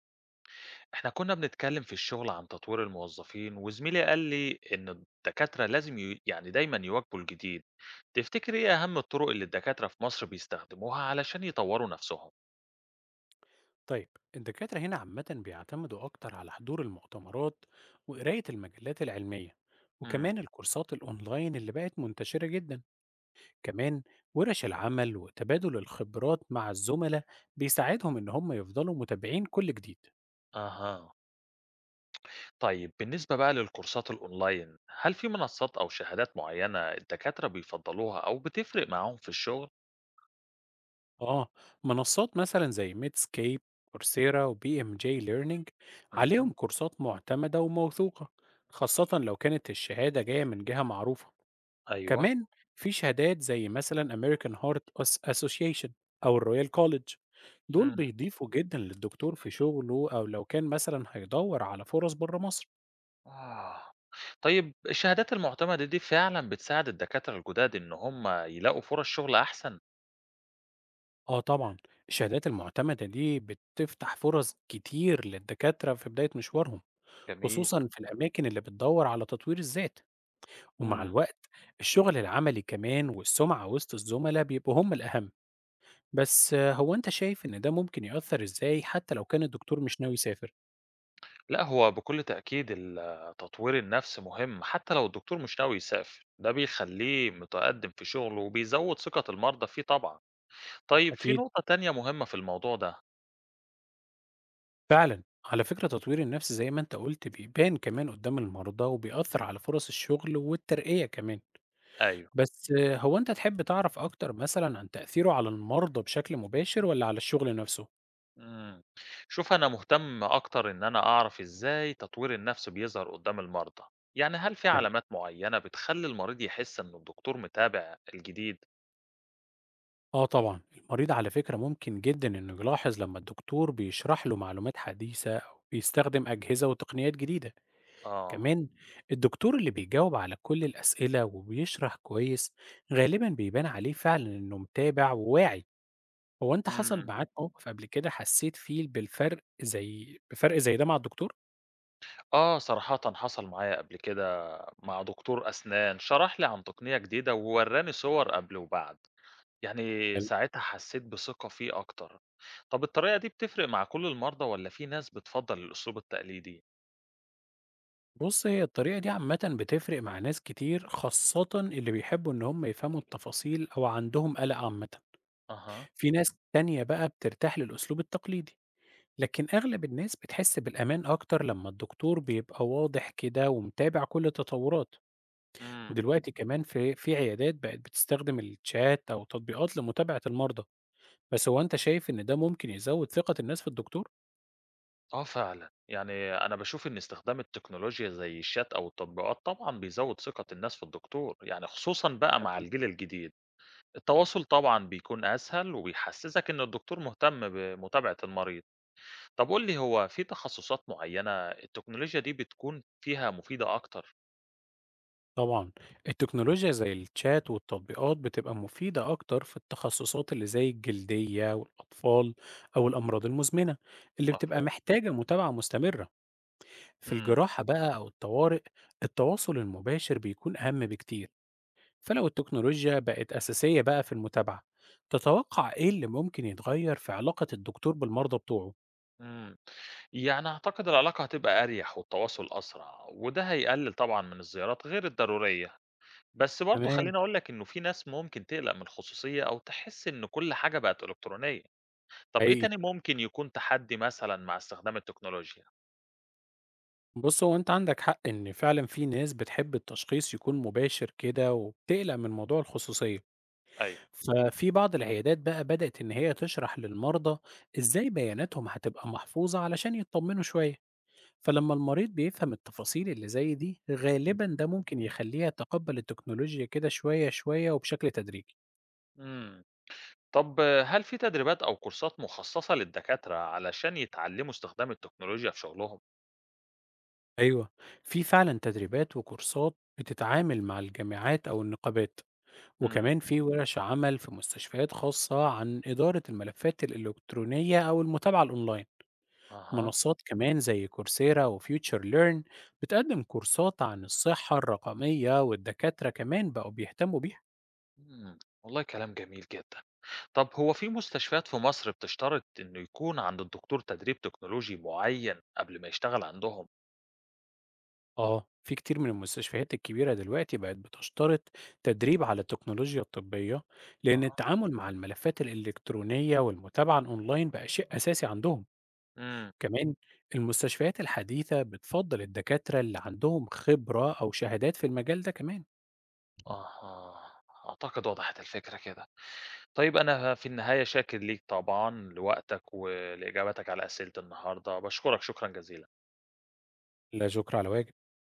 إحنا كنا بنتكلم في الشغل عن تطوير الموظفين وزميلي قال لي إن الدكاترة لازم يعني دايما يواكبوا الجديد. تفتكر إيه أهم الطرق اللي الدكاترة في مصر بيستخدموها علشان يطوروا نفسهم؟ طيب، الدكاترة هنا عامة بيعتمدوا أكتر على حضور المؤتمرات وقراية المجلات العلمية امم وكمان الكورسات الأونلاين اللي بقت منتشرة جدا. كمان ورش العمل وتبادل الخبرات مع الزملاء بيساعدهم إن هم يفضلوا متابعين كل جديد. أها. طيب بالنسبة بقى للكورسات الأونلاين، هل في منصات أو شهادات معينة الدكاترة بيفضلوها أو بتفرق معاهم في الشغل؟ آه، منصات مثلا زي ميدسكيب، كورسيرا وبي ام جي ليرنينج امم عليهم كورسات معتمدة وموثوقة، خاصة لو كانت الشهادة جاية من جهة معروفة. أيوه. كمان في شهادات زي مثلا Association أو الرويال كوليدج، دول امم بيضيفوا جدا للدكتور في شغله أو لو كان مثلا هيدور على فرص بره مصر. آه. طيب الشهادات المعتمدة دي فعلا بتساعد الدكاترة الجداد إن هم يلاقوا فرص شغل أحسن؟ اه طبعا، الشهادات المعتمدة دي بتفتح فرص كتير للدكاترة في بداية مشوارهم، جميل. خصوصا في الأماكن اللي بتدور على تطوير الذات. ومع إمم. الوقت الشغل العملي كمان والسمعة وسط الزملاء بيبقوا هم الأهم. بس آه، هو أنت شايف إن ده ممكن يأثر إزاي حتى لو كان الدكتور مش ناوي يسافر؟ لأ، هو بكل تأكيد تطوير النفس مهم حتى لو الدكتور مش ناوي يسافر، ده بيخلّيه متقدّم في شغله وبيزوّد ثقة المرضى فيه طبعًا. طيب، في أكيد، نقطة تانية مهمة في الموضوع ده. فعلا على فكرة تطوير النفس زي ما انت قلت بيبان كمان قدام المرضى وبيأثر على فرص الشغل والترقية كمان. أيوه. بس آه، هو انت تحب تعرف اكتر مثلا عن تأثيره على المرضى بشكل مباشر ولا على الشغل نفسه؟ إمم. شوف، أنا مهتم أكتر إن أنا أعرف إزاي تطوير النفس بيظهر قدّام المرضى، يعني هل في تمام، علامات معيّنة بتخلّي المريض يحس إن الدكتور متابع الجديد؟ اه طبعا المريض على فكرة ممكن جدا انه يلاحظ لما الدكتور بيشرح له معلومات حديثة او بيستخدم اجهزة وتقنيات جديدة. آه. كمان الدكتور اللي بيجاوب على كل الاسئلة وبيشرح كويس غالبا بيبان عليه فعلا انه متابع وواعي. هو أنت حصل إمم. معاك موقف قبل كده حسيت فيه بالفرق زي ده مع الدكتور؟ آه، صراحةً حصل معايا قبل كده مع دكتور أسنان، شرح لي عن تقنية جديدة وورّاني صور قبل وبعد، يعني حلو. ساعتها حسيت بثقة فيه أكتر. طب الطريقة دي بتفرق مع كل المرضى والّا في ناس بتفضّل الأسلوب التقليدي؟ بُص، هي الطريقة دي عامةً بتفرق مع ناس كتير، خاصةً اللي بيحبوا إن هم يفهموا التفاصيل أو عندهم قلق عامةً. أها. في ناس تانية بقى بترتاح للأسلوب التقليدي، لكن أغلب الناس بتحس بالأمان أكتر لما الدكتور بيبقى واضح كده ومتابع كل التطورات. إمم، ودلوقتي كمان في عيادات بقت بتستخدم الشات أو تطبيقات لمتابعة المرضى. بس هو أنت شايف إن ده ممكن يزود ثقة الناس في الدكتور؟ آه فعلًا، يعني أنا باشوف إن استخدام التكنولوجيا زي الشات أو التطبيقات طبعًا بيزوّد ثقة الناس في الدكتور، يعني خصوصًا بقى مع تمام. الجيل الجديد. التواصل طبعًا بيكون أسهل وبيحسّسك إن الدكتور مهتم بمتابعة المريض. طب قُل لي، هو في تخصصات معيّنة التكنولوجيا دي بتكون فيها مفيدة أكتر؟ طبعًا، التكنولوجيا زي الchat والتطبيقات بتبقى مفيدة أكتر في التخصصات اللي زي الجلدية والأطفال أو الأمراض المزمنة، اللي بتبقى مفهوم. محتاجة متابعة مستمرة. في إمم، الجراحة بقى أو الطوارئ، التواصل المباشر بيكون أهم بكتير، فلو التكنولوجيا بقت أساسية بقى في المتابعة، تتوقع إيه اللي ممكن يتغير في علاقة الدكتور بالمرضى بتوعه؟ إمم. يعني أعتقد العلاقة هتبقى أريح والتواصل أسرع، وده هيقلل طبعًا من الزيارات غير الضرورية. بس برضه تمام، خلّيني أقول لك إنه في ناس ممكن تقلق من الخصوصية أو تحس إن كل حاجة بقت إلكترونية. طب إيه حقيقي. تاني ممكن يكون تحدي مثلًا مع استخدام التكنولوجيا؟ بُص، هو أنت عندك حق إن فعلًا في ناس بتحب التشخيص يكون مباشر كده وبتقلق من موضوع الخصوصية. أيوه. ففي بعض العيادات بقى بدأت إن هي تشرح للمرضى إزاي بياناتهم هتبقى محفوظة علشان يطمنوا شوية. فلما المريض بيفهم التفاصيل اللي زي دي غالبا اهم. ده ممكن يخليه يتقبل التكنولوجيا كده شوية شوية وبشكل تدريجي. إمم. طب هل في تدريبات أو كورسات مخصصة للدكاترة علشان يتعلموا استخدام التكنولوجيا في شغلهم؟ أيوة، في فعلا تدريبات وكورسات بتتعامل مع الجامعات أو النقابات، إمم، وكمان في ورش عمل في مستشفيات خاصة عن إدارة الملفات الإلكترونية أو المتابعة الأونلاين. أها، منصات كمان زي كورسيرا وفيوتشر ليرن بتقدم كورسات عن الصحة الرقمية، والدكاترة كمان بقوا بيهتموا بيها. إمم، والله كلام جميل جدًا. طب هو في مستشفيات في مصر بتشترط إنه يكون عند الدكتور تدريب تكنولوجي معيّن قبل ما يشتغل عندهم؟ آه، في كتير من المستشفيات الكبيرة دلوقتي بقت بتشترط تدريب على التكنولوجيا الطبية، لأن أها. التعامل مع الملفات الإلكترونية والمتابعة الأونلاين بقى شيء أساسي عندهم. إمم، كمان المستشفيات الحديثة بتفضل الدكاترة اللي عندهم خبرة أو شهادات في المجال ده كمان. أها، أعتقد وضحت الفكرة كده. طيب، أنا في النهاية شاكر ليك طبعًا لوقتك ولإجاباتك على أسئلة النهارده، باشكرك شكرًا جزيلًا. لا شكر على واجب.